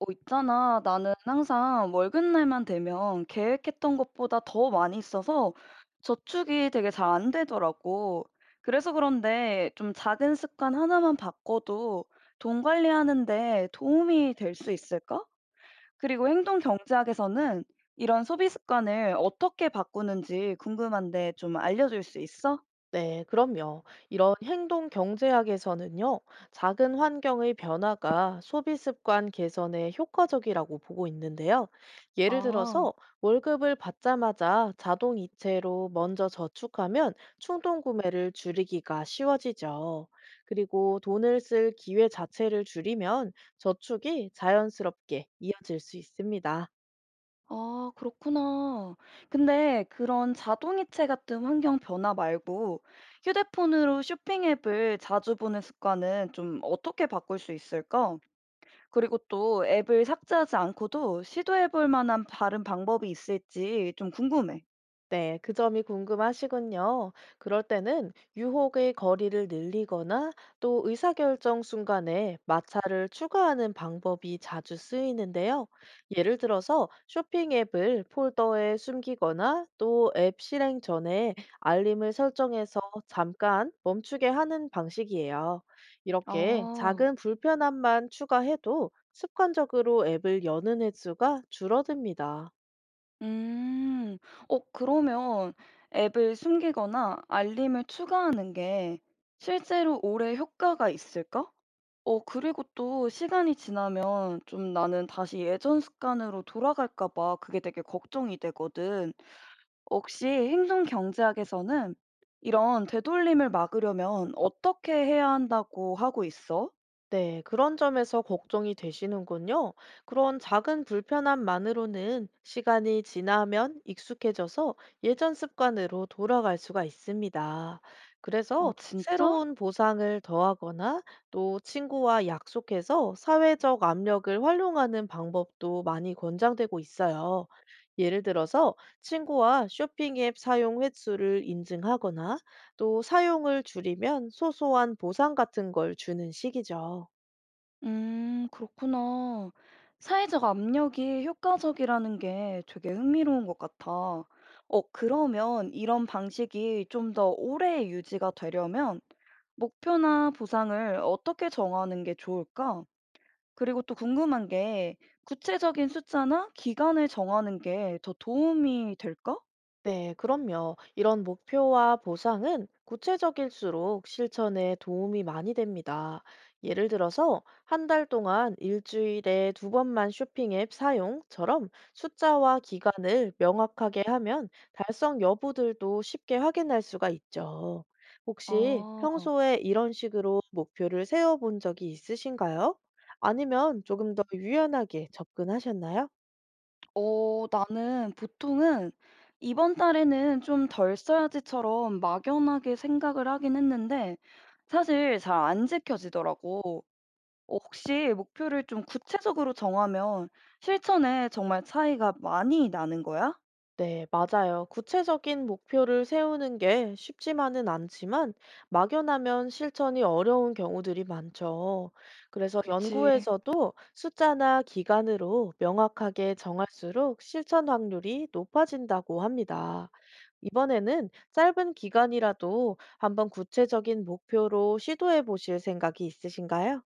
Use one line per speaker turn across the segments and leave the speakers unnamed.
있잖아. 나는 항상 월급날만 되면 계획했던 것보다 더 많이 있어서 저축이 되게 잘 안 되더라고. 그래서 그런데 좀 작은 습관 하나만 바꿔도 돈 관리하는데 도움이 될 수 있을까? 그리고 행동 경제학에서는 이런 소비 습관을 어떻게 바꾸는지 궁금한데 좀 알려줄 수 있어?
네, 그럼요. 이런 행동 경제학에서는요, 작은 환경의 변화가 소비 습관 개선에 효과적이라고 보고 있는데요. 예를
아.
들어서 월급을 받자마자 자동 이체로 먼저 저축하면 충동 구매를 줄이기가 쉬워지죠. 그리고 돈을 쓸 기회 자체를 줄이면 저축이 자연스럽게 이어질 수 있습니다.
아 그렇구나. 근데 그런 자동이체 같은 환경 변화 말고 휴대폰으로 쇼핑 앱을 자주 보는 습관은 좀 어떻게 바꿀 수 있을까? 그리고 또 앱을 삭제하지 않고도 시도해 볼 만한 다른 방법이 있을지 좀 궁금해.
네, 그 점이 궁금하시군요. 그럴 때는 유혹의 거리를 늘리거나 또 의사결정 순간에 마찰을 추가하는 방법이 자주 쓰이는데요. 예를 들어서 쇼핑 앱을 폴더에 숨기거나 또 앱 실행 전에 알림을 설정해서 잠깐 멈추게 하는 방식이에요. 이렇게
아.
작은 불편함만 추가해도 습관적으로 앱을 여는 횟수가 줄어듭니다.
음. 그러면 앱을 숨기거나 알림을 추가하는 게 실제로 오래 효과가 있을까? 그리고 또 시간이 지나면 좀 나는 다시 예전 습관으로 돌아갈까 봐 그게 되게 걱정이 되거든. 혹시 행동 경제학에서는 이런 되돌림을 막으려면 어떻게 해야 한다고 하고 있어?
네, 그런 점에서 걱정이 되시는군요. 그런 작은 불편함만으로는 시간이 지나면 익숙해져서 예전 습관으로 돌아갈 수가 있습니다.
아
그래서
진짜?
새로운 보상을 더하거나 또 친구와 약속해서 사회적 압력을 활용하는 방법도 많이 권장되고 있어요. 예를 들어서 친구와 쇼핑 앱 사용 횟수를 인증하거나 또 사용을 줄이면 소소한 보상 같은 걸 주는 식이죠.
그렇구나. 사회적 압력이 효과적이라는 게 되게 흥미로운 것 같아. 그러면 이런 방식이 좀 더 오래 유지가 되려면 목표나 보상을 어떻게 정하는 게 좋을까? 그리고 또 궁금한 게 구체적인 숫자나 기간을 정하는 게 더 도움이 될까?
네, 그럼요. 이런 목표와 보상은 구체적일수록 실천에 도움이 많이 됩니다. 예를 들어서 한 달 동안 일주일에 두 번만 쇼핑 앱 사용처럼 숫자와 기간을 명확하게 하면 달성 여부들도 쉽게 확인할 수가 있죠. 혹시
아,
평소에 이런 식으로 목표를 세워본 적이 있으신가요? 아니면 조금 더 유연하게 접근하셨나요?
나는 보통은 이번 달에는 좀 덜 써야지처럼 막연하게 생각을 하긴 했는데 사실 잘 안 지켜지더라고. 혹시 목표를 좀 구체적으로 정하면 실천에 정말 차이가 많이 나는 거야?
네, 맞아요. 구체적인 목표를 세우는 게 쉽지만은 않지만 막연하면 실천이 어려운 경우들이 많죠. 그래서
그치.
연구에서도 숫자나 기간으로 명확하게 정할수록 실천 확률이 높아진다고 합니다. 이번에는 짧은 기간이라도 한번 구체적인 목표로 시도해 보실 생각이 있으신가요?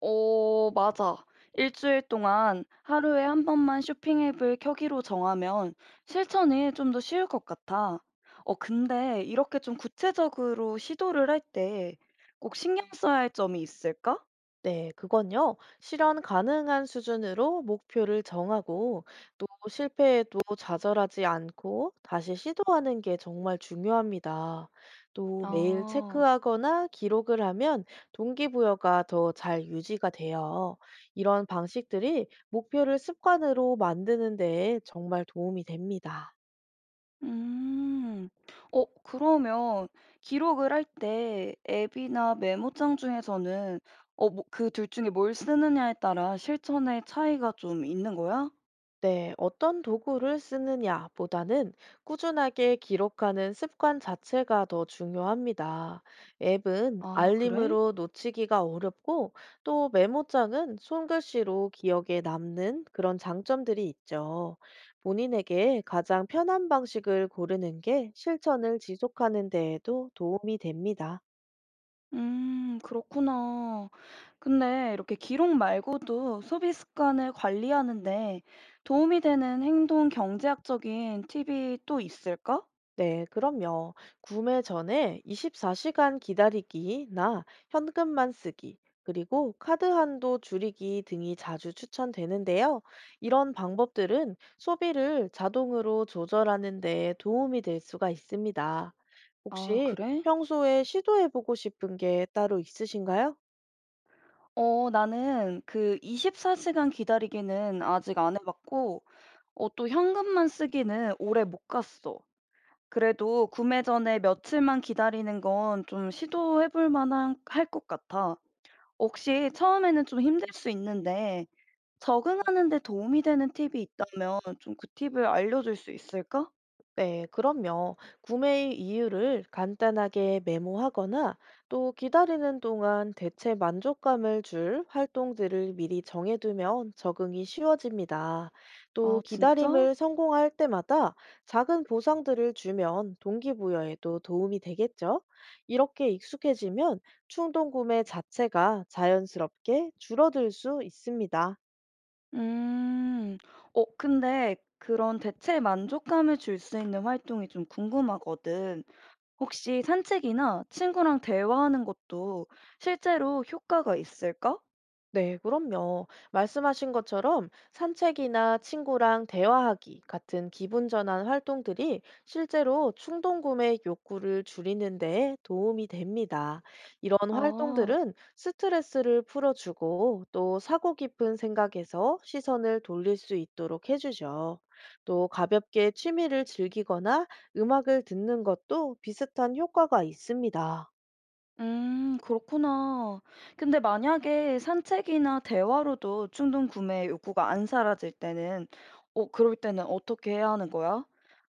맞아. 일주일 동안 하루에 한 번만 쇼핑 앱을 켜기로 정하면 실천이 좀 더 쉬울 것 같아. 근데 이렇게 좀 구체적으로 시도를 할 때 꼭 신경 써야 할 점이 있을까?
네, 그건요. 실현 가능한 수준으로 목표를 정하고 또 실패에도 좌절하지 않고 다시 시도하는 게 정말 중요합니다. 또 매일
아,
체크하거나 기록을 하면 동기부여가 더 잘 유지가 돼요. 이런 방식들이 목표를 습관으로 만드는 데 정말 도움이 됩니다.
음. 그러면 기록을 할 때 앱이나 메모장 중에서는 그 둘 중에 뭘 쓰느냐에 따라 실천의 차이가 좀 있는 거야?
네, 어떤 도구를 쓰느냐보다는 꾸준하게 기록하는 습관 자체가 더 중요합니다. 앱은
아, 그래?
알림으로 놓치기가 어렵고 또 메모장은 손글씨로 기억에 남는 그런 장점들이 있죠. 본인에게 가장 편한 방식을 고르는 게 실천을 지속하는 데에도 도움이 됩니다.
그렇구나. 근데 이렇게 기록 말고도 소비 습관을 관리하는데 도움이 되는 행동 경제학적인 팁이 또 있을까?
네, 그럼요. 구매 전에 24시간 기다리기나 현금만 쓰기, 그리고 카드 한도 줄이기 등이 자주 추천되는데요. 이런 방법들은 소비를 자동으로 조절하는 데 도움이 될 수가 있습니다.
아,
혹시
그래?
평소에 시도해보고 싶은 게 따로 있으신가요?
나는 그 24시간 기다리기는 아직 안 해봤고, 또 현금만 쓰기는 오래 못 갔어. 그래도 구매 전에 며칠만 기다리는 건 좀 시도해볼 만한 할 것 같아. 혹시 처음에는 좀 힘들 수 있는데, 적응하는 데 도움이 되는 팁이 있다면 좀 그 팁을 알려줄 수 있을까?
네, 그럼요. 구매 이유를 간단하게 메모하거나 또 기다리는 동안 대체 만족감을 줄 활동들을 미리 정해두면 적응이 쉬워집니다. 또
아 진짜?
기다림을 성공할 때마다 작은 보상들을 주면 동기부여에도 도움이 되겠죠. 이렇게 익숙해지면 충동 구매 자체가 자연스럽게 줄어들 수 있습니다.
음. 근데 그런 대체 만족감을 줄 수 있는 활동이 좀 궁금하거든. 혹시 산책이나 친구랑 대화하는 것도 실제로 효과가 있을까?
네, 그럼요. 말씀하신 것처럼 산책이나 친구랑 대화하기 같은 기분 전환 활동들이 실제로 충동 구매 욕구를 줄이는 데 도움이 됩니다. 이런
아.
활동들은 스트레스를 풀어주고 또 사고 깊은 생각에서 시선을 돌릴 수 있도록 해주죠. 또 가볍게 취미를 즐기거나 음악을 듣는 것도 비슷한 효과가 있습니다.
그렇구나. 근데 만약에 산책이나 대화로도 충동 구매 욕구가 안 사라질 때는, 그럴 때는 어떻게 해야 하는 거야?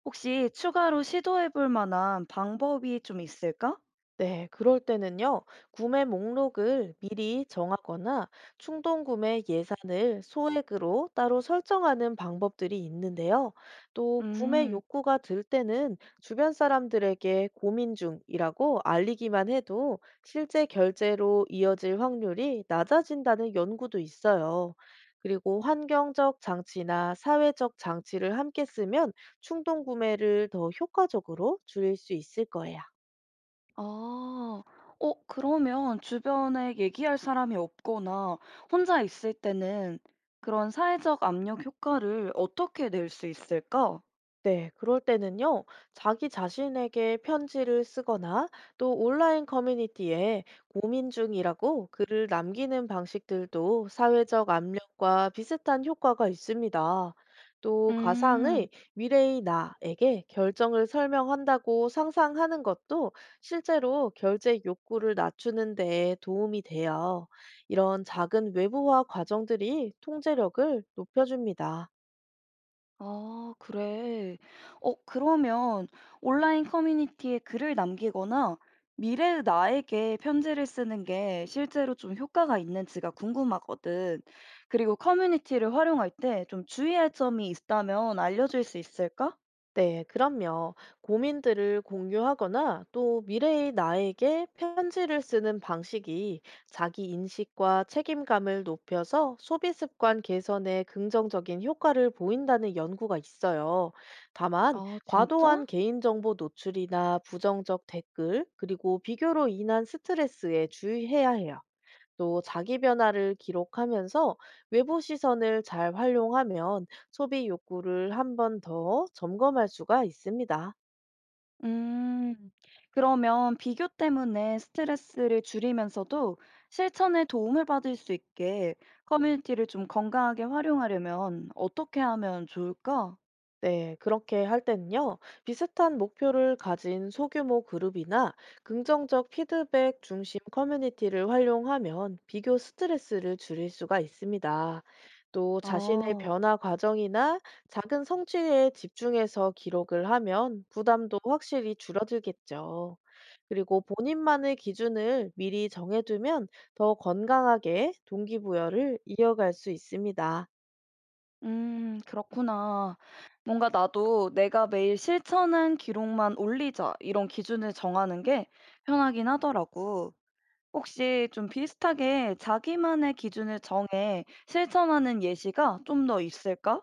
혹시 추가로 시도해 볼 만한 방법이 좀 있을까?
네, 그럴 때는요, 구매 목록을 미리 정하거나 충동 구매 예산을 소액으로 따로 설정하는 방법들이 있는데요. 또 구매
음,
욕구가 들 때는 주변 사람들에게 고민 중이라고 알리기만 해도 실제 결제로 이어질 확률이 낮아진다는 연구도 있어요. 그리고 환경적 장치나 사회적 장치를 함께 쓰면 충동 구매를 더 효과적으로 줄일 수 있을 거예요.
아, 그러면 주변에 얘기할 사람이 없거나 혼자 있을 때는 그런 사회적 압력 효과를 어떻게 낼 수 있을까?
네, 그럴 때는요, 자기 자신에게 편지를 쓰거나 또 온라인 커뮤니티에 고민 중이라고 글을 남기는 방식들도 사회적 압력과 비슷한 효과가 있습니다. 또
음.
가상의 미래의 나에게 결정을 설명한다고 상상하는 것도 실제로 결제 욕구를 낮추는 데 도움이 돼요. 이런 작은 외부화 과정들이 통제력을 높여줍니다.
아, 그래. 그러면 온라인 커뮤니티에 글을 남기거나 미래의 나에게 편지를 쓰는 게 실제로 좀 효과가 있는지가 궁금하거든. 그리고 커뮤니티를 활용할 때 좀 주의할 점이 있다면 알려줄 수 있을까?
네, 그럼요. 고민들을 공유하거나 또 미래의 나에게 편지를 쓰는 방식이 자기 인식과 책임감을 높여서 소비 습관 개선에 긍정적인 효과를 보인다는 연구가 있어요. 다만,
아, 진짜?
과도한 개인정보 노출이나 부정적 댓글, 그리고 비교로 인한 스트레스에 주의해야 해요. 또 자기 변화를 기록하면서 외부 시선을 잘 활용하면 소비 욕구를 한번 더 점검할 수가 있습니다.
음, 그러면 비교 때문에 스트레스를 줄이면서도 실천에 도움을 받을 수 있게 커뮤니티를 좀 건강하게 활용하려면 어떻게 하면 좋을까?
네, 그렇게 할 때는요, 비슷한 목표를 가진 소규모 그룹이나 긍정적 피드백 중심 커뮤니티를 활용하면 비교 스트레스를 줄일 수가 있습니다. 또 자신의
아.
변화 과정이나 작은 성취에 집중해서 기록을 하면 부담도 확실히 줄어들겠죠. 그리고 본인만의 기준을 미리 정해두면 더 건강하게 동기부여를 이어갈 수 있습니다.
그렇구나. 뭔가 나도 '내가 매일 실천한 기록만 올리자.' 이런 기준을 정하는 게 편하긴 하더라고. 혹시 좀 비슷하게 자기만의 기준을 정해 실천하는 예시가 좀 더 있을까?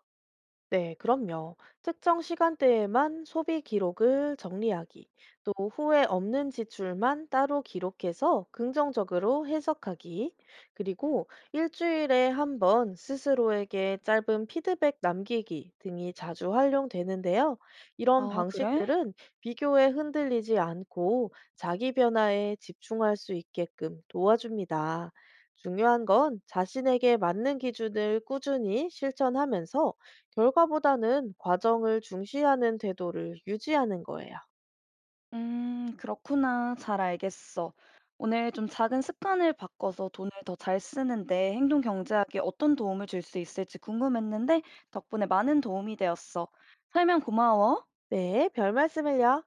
네, 그럼요. 특정 시간대에만 소비 기록을 정리하기, 또 후회 없는 지출만 따로 기록해서 긍정적으로 해석하기, 그리고 일주일에 한번 스스로에게 짧은 피드백 남기기 등이 자주 활용되는데요. 이런
아 그래?
방식들은 비교에 흔들리지 않고 자기 변화에 집중할 수 있게끔 도와줍니다. 중요한 건 자신에게 맞는 기준을 꾸준히 실천하면서 결과보다는 과정을 중시하는 태도를 유지하는 거예요.
그렇구나. 잘 알겠어. 오늘 좀 작은 습관을 바꿔서 돈을 더 잘 쓰는데 행동 경제학이 어떤 도움을 줄 수 있을지 궁금했는데 덕분에 많은 도움이 되었어. 설명 고마워.
네, 별 말씀을요.